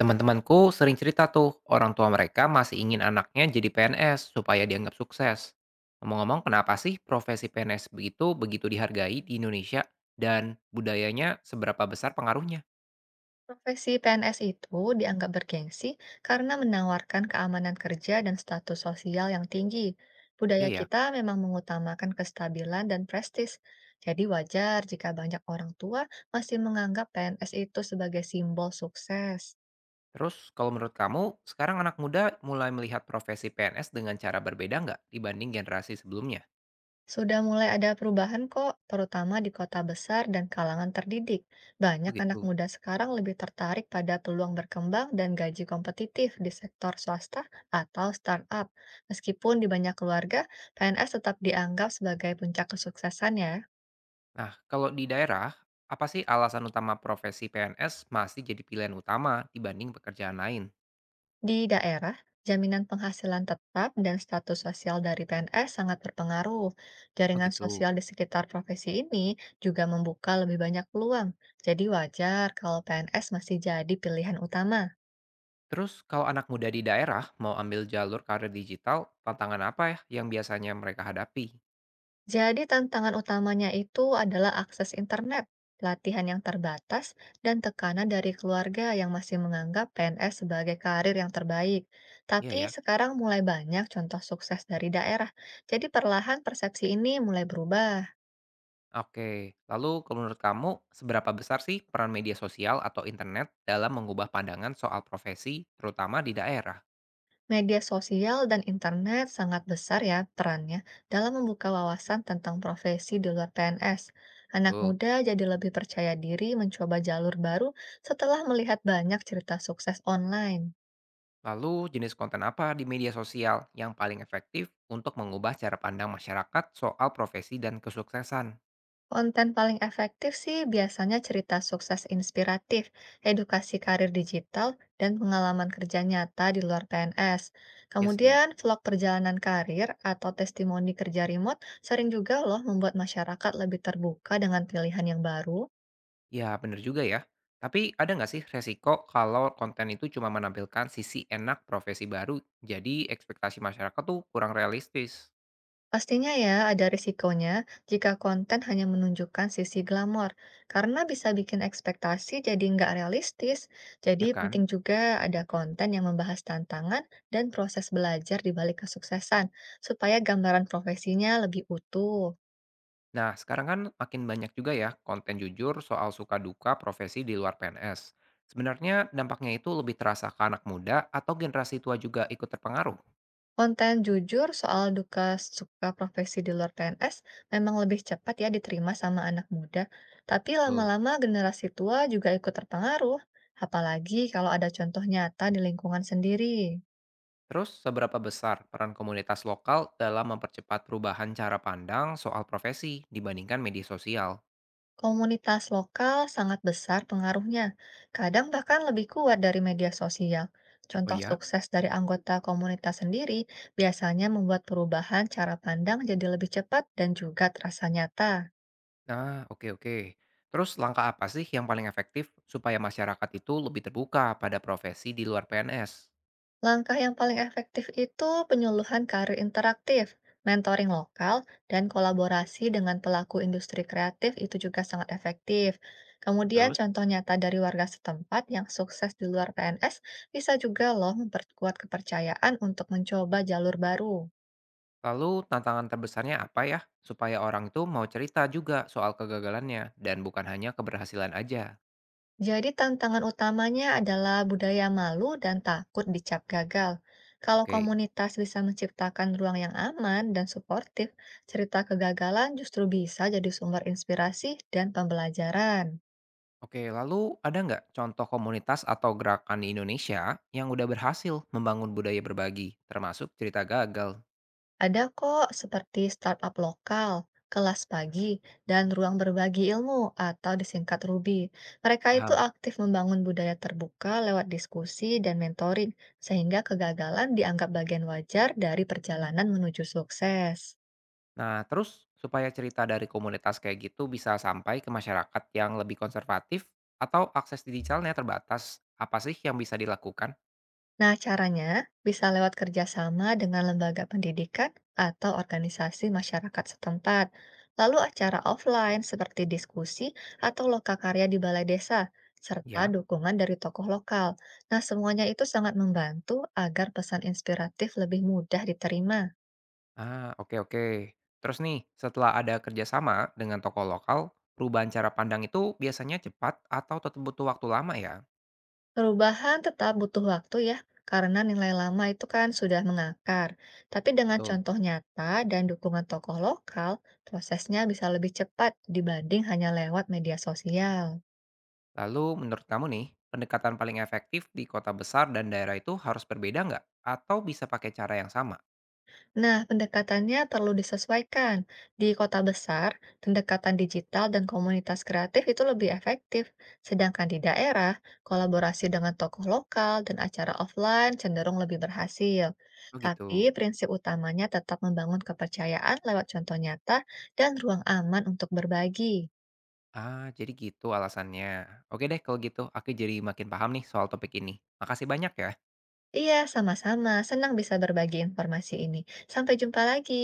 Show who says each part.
Speaker 1: Teman-temanku sering cerita tuh, orang tua mereka masih ingin anaknya jadi PNS supaya dianggap sukses. Ngomong-ngomong, kenapa sih profesi PNS begitu begitu dihargai di Indonesia dan budayanya seberapa besar pengaruhnya?
Speaker 2: Profesi PNS itu dianggap bergengsi karena menawarkan keamanan kerja dan status sosial yang tinggi. Budaya
Speaker 1: Iya, ya.
Speaker 2: kita memang mengutamakan kestabilan dan prestis. Jadi wajar jika banyak orang tua masih menganggap PNS itu sebagai simbol sukses.
Speaker 1: Terus kalau menurut kamu, sekarang anak muda mulai melihat profesi PNS dengan cara berbeda nggak dibanding generasi sebelumnya?
Speaker 2: Sudah mulai ada perubahan kok, terutama di kota besar dan kalangan terdidik.
Speaker 1: Oh,
Speaker 2: Banyak anak
Speaker 1: gitu.
Speaker 2: muda sekarang lebih tertarik pada peluang berkembang dan gaji kompetitif di sektor swasta atau startup. Meskipun di banyak keluarga, PNS tetap dianggap sebagai puncak kesuksesan ya.
Speaker 1: Nah, kalau di daerah, apa sih alasan utama profesi PNS masih jadi pilihan utama dibanding pekerjaan lain?
Speaker 2: Di daerah, jaminan penghasilan tetap dan status sosial dari PNS sangat berpengaruh.
Speaker 1: Oh,
Speaker 2: Jaringan
Speaker 1: gitu.
Speaker 2: sosial di sekitar profesi ini juga membuka lebih banyak peluang. Jadi wajar kalau PNS masih jadi pilihan utama.
Speaker 1: Terus kalau anak muda di daerah mau ambil jalur karir digital, tantangan apa ya yang biasanya mereka hadapi?
Speaker 2: Jadi tantangan utamanya itu adalah akses internet, latihan yang terbatas, dan tekanan dari keluarga yang masih menganggap PNS sebagai karir yang terbaik.
Speaker 1: Iya,
Speaker 2: Tapi
Speaker 1: ya.
Speaker 2: sekarang mulai banyak contoh sukses dari daerah. Jadi perlahan persepsi ini mulai berubah.
Speaker 1: Oke. Lalu kalau menurut kamu seberapa besar sih peran media sosial atau internet dalam mengubah pandangan soal profesi terutama di daerah?
Speaker 2: Media sosial dan internet sangat besar ya perannya dalam membuka wawasan tentang profesi di luar PNS. Anak
Speaker 1: Betul.
Speaker 2: muda jadi lebih percaya diri mencoba jalur baru setelah melihat banyak cerita sukses online.
Speaker 1: Lalu jenis konten apa di media sosial yang paling efektif untuk mengubah cara pandang masyarakat soal profesi dan kesuksesan?
Speaker 2: Konten paling efektif sih biasanya cerita sukses inspiratif, edukasi karir digital, dan pengalaman kerja nyata di luar PNS.
Speaker 1: Ya, sih.
Speaker 2: Kemudian, vlog perjalanan karir atau testimoni kerja remote sering juga loh membuat masyarakat lebih terbuka dengan pilihan yang baru.
Speaker 1: Ya, bener juga ya. Tapi ada nggak sih resiko kalau konten itu cuma menampilkan sisi enak profesi baru, jadi ekspektasi masyarakat tuh kurang realistis,
Speaker 2: Pastinya ya ada risikonya jika konten hanya menunjukkan sisi glamor, karena bisa bikin ekspektasi jadi nggak realistis. Jadi
Speaker 1: ya kan?
Speaker 2: penting juga ada konten yang membahas tantangan dan proses belajar di balik kesuksesan, supaya gambaran profesinya lebih utuh.
Speaker 1: Nah, sekarang kan makin banyak juga ya konten jujur soal suka duka profesi di luar PNS. Sebenarnya dampaknya itu lebih terasa ke anak muda atau generasi tua juga ikut terpengaruh.
Speaker 2: Konten jujur soal duka suka profesi di luar PNS memang lebih cepat ya diterima sama anak muda, tapi
Speaker 1: Betul.
Speaker 2: lama-lama generasi tua juga ikut terpengaruh, apalagi kalau ada contoh nyata di lingkungan sendiri.
Speaker 1: Terus, seberapa besar peran komunitas lokal dalam mempercepat perubahan cara pandang soal profesi dibandingkan media sosial?
Speaker 2: Komunitas lokal sangat besar pengaruhnya, kadang bahkan lebih kuat dari media sosial.
Speaker 1: Oh
Speaker 2: Contoh
Speaker 1: ya.
Speaker 2: sukses dari anggota komunitas sendiri biasanya membuat perubahan cara pandang jadi lebih cepat dan juga terasa nyata.
Speaker 1: Nah, oke, oke. Terus langkah apa sih yang paling efektif supaya masyarakat itu lebih terbuka pada profesi di luar PNS?
Speaker 2: Langkah yang paling efektif itu penyuluhan karir interaktif, mentoring lokal, dan kolaborasi dengan pelaku industri kreatif itu juga sangat efektif. Kemudian
Speaker 1: Terus,
Speaker 2: contoh nyata dari warga setempat yang sukses di luar PNS bisa juga loh memperkuat kepercayaan untuk mencoba jalur baru.
Speaker 1: lalu tantangan terbesarnya apa ya supaya orang itu mau cerita juga soal kegagalannya dan bukan hanya keberhasilan aja?
Speaker 2: Jadi tantangan utamanya adalah budaya malu dan takut dicap gagal. Kalau
Speaker 1: Oke.
Speaker 2: komunitas bisa menciptakan ruang yang aman dan suportif, cerita kegagalan justru bisa jadi sumber inspirasi dan pembelajaran.
Speaker 1: Oke, lalu ada nggak contoh komunitas atau gerakan di Indonesia yang udah berhasil membangun budaya berbagi, termasuk cerita gagal?
Speaker 2: Ada kok seperti startup lokal, kelas pagi, dan ruang berbagi ilmu atau disingkat Ruby. Mereka itu
Speaker 1: Paham?
Speaker 2: aktif membangun budaya terbuka lewat diskusi dan mentoring, sehingga kegagalan dianggap bagian wajar dari perjalanan menuju sukses.
Speaker 1: Nah, terus supaya cerita dari komunitas kayak gitu bisa sampai ke masyarakat yang lebih konservatif atau akses digitalnya terbatas, apa sih yang bisa dilakukan?
Speaker 2: Nah, caranya bisa lewat kerjasama dengan lembaga pendidikan atau organisasi masyarakat setempat. Lalu acara offline seperti diskusi atau lokakarya di balai desa, serta
Speaker 1: Ya.
Speaker 2: dukungan dari tokoh lokal. Nah, semuanya itu sangat membantu agar pesan inspiratif lebih mudah diterima.
Speaker 1: Ah, oke, oke. Terus nih, setelah ada kerjasama dengan toko lokal, perubahan cara pandang itu biasanya cepat atau tetap butuh waktu lama ya?
Speaker 2: Perubahan tetap butuh waktu ya, karena nilai lama itu kan sudah mengakar. Tapi dengan
Speaker 1: Betul.
Speaker 2: contoh nyata dan dukungan tokoh lokal, prosesnya bisa lebih cepat dibanding hanya lewat media sosial.
Speaker 1: Lalu menurut kamu nih, pendekatan paling efektif di kota besar dan daerah itu harus berbeda nggak? Atau bisa pakai cara yang sama?
Speaker 2: Nah, pendekatannya perlu disesuaikan. Di kota besar, pendekatan digital dan komunitas kreatif itu lebih efektif, sedangkan di daerah, kolaborasi dengan tokoh lokal dan acara offline cenderung lebih berhasil.
Speaker 1: Oh,
Speaker 2: Tapi
Speaker 1: gitu.
Speaker 2: prinsip utamanya tetap membangun kepercayaan lewat contoh nyata dan ruang aman untuk berbagi.
Speaker 1: Ah, jadi gitu alasannya. Oke deh kalau gitu, aku jadi makin paham nih soal topik ini. Makasih banyak ya.
Speaker 2: Iya, sama-sama. Senang bisa berbagi informasi ini. Sampai jumpa lagi.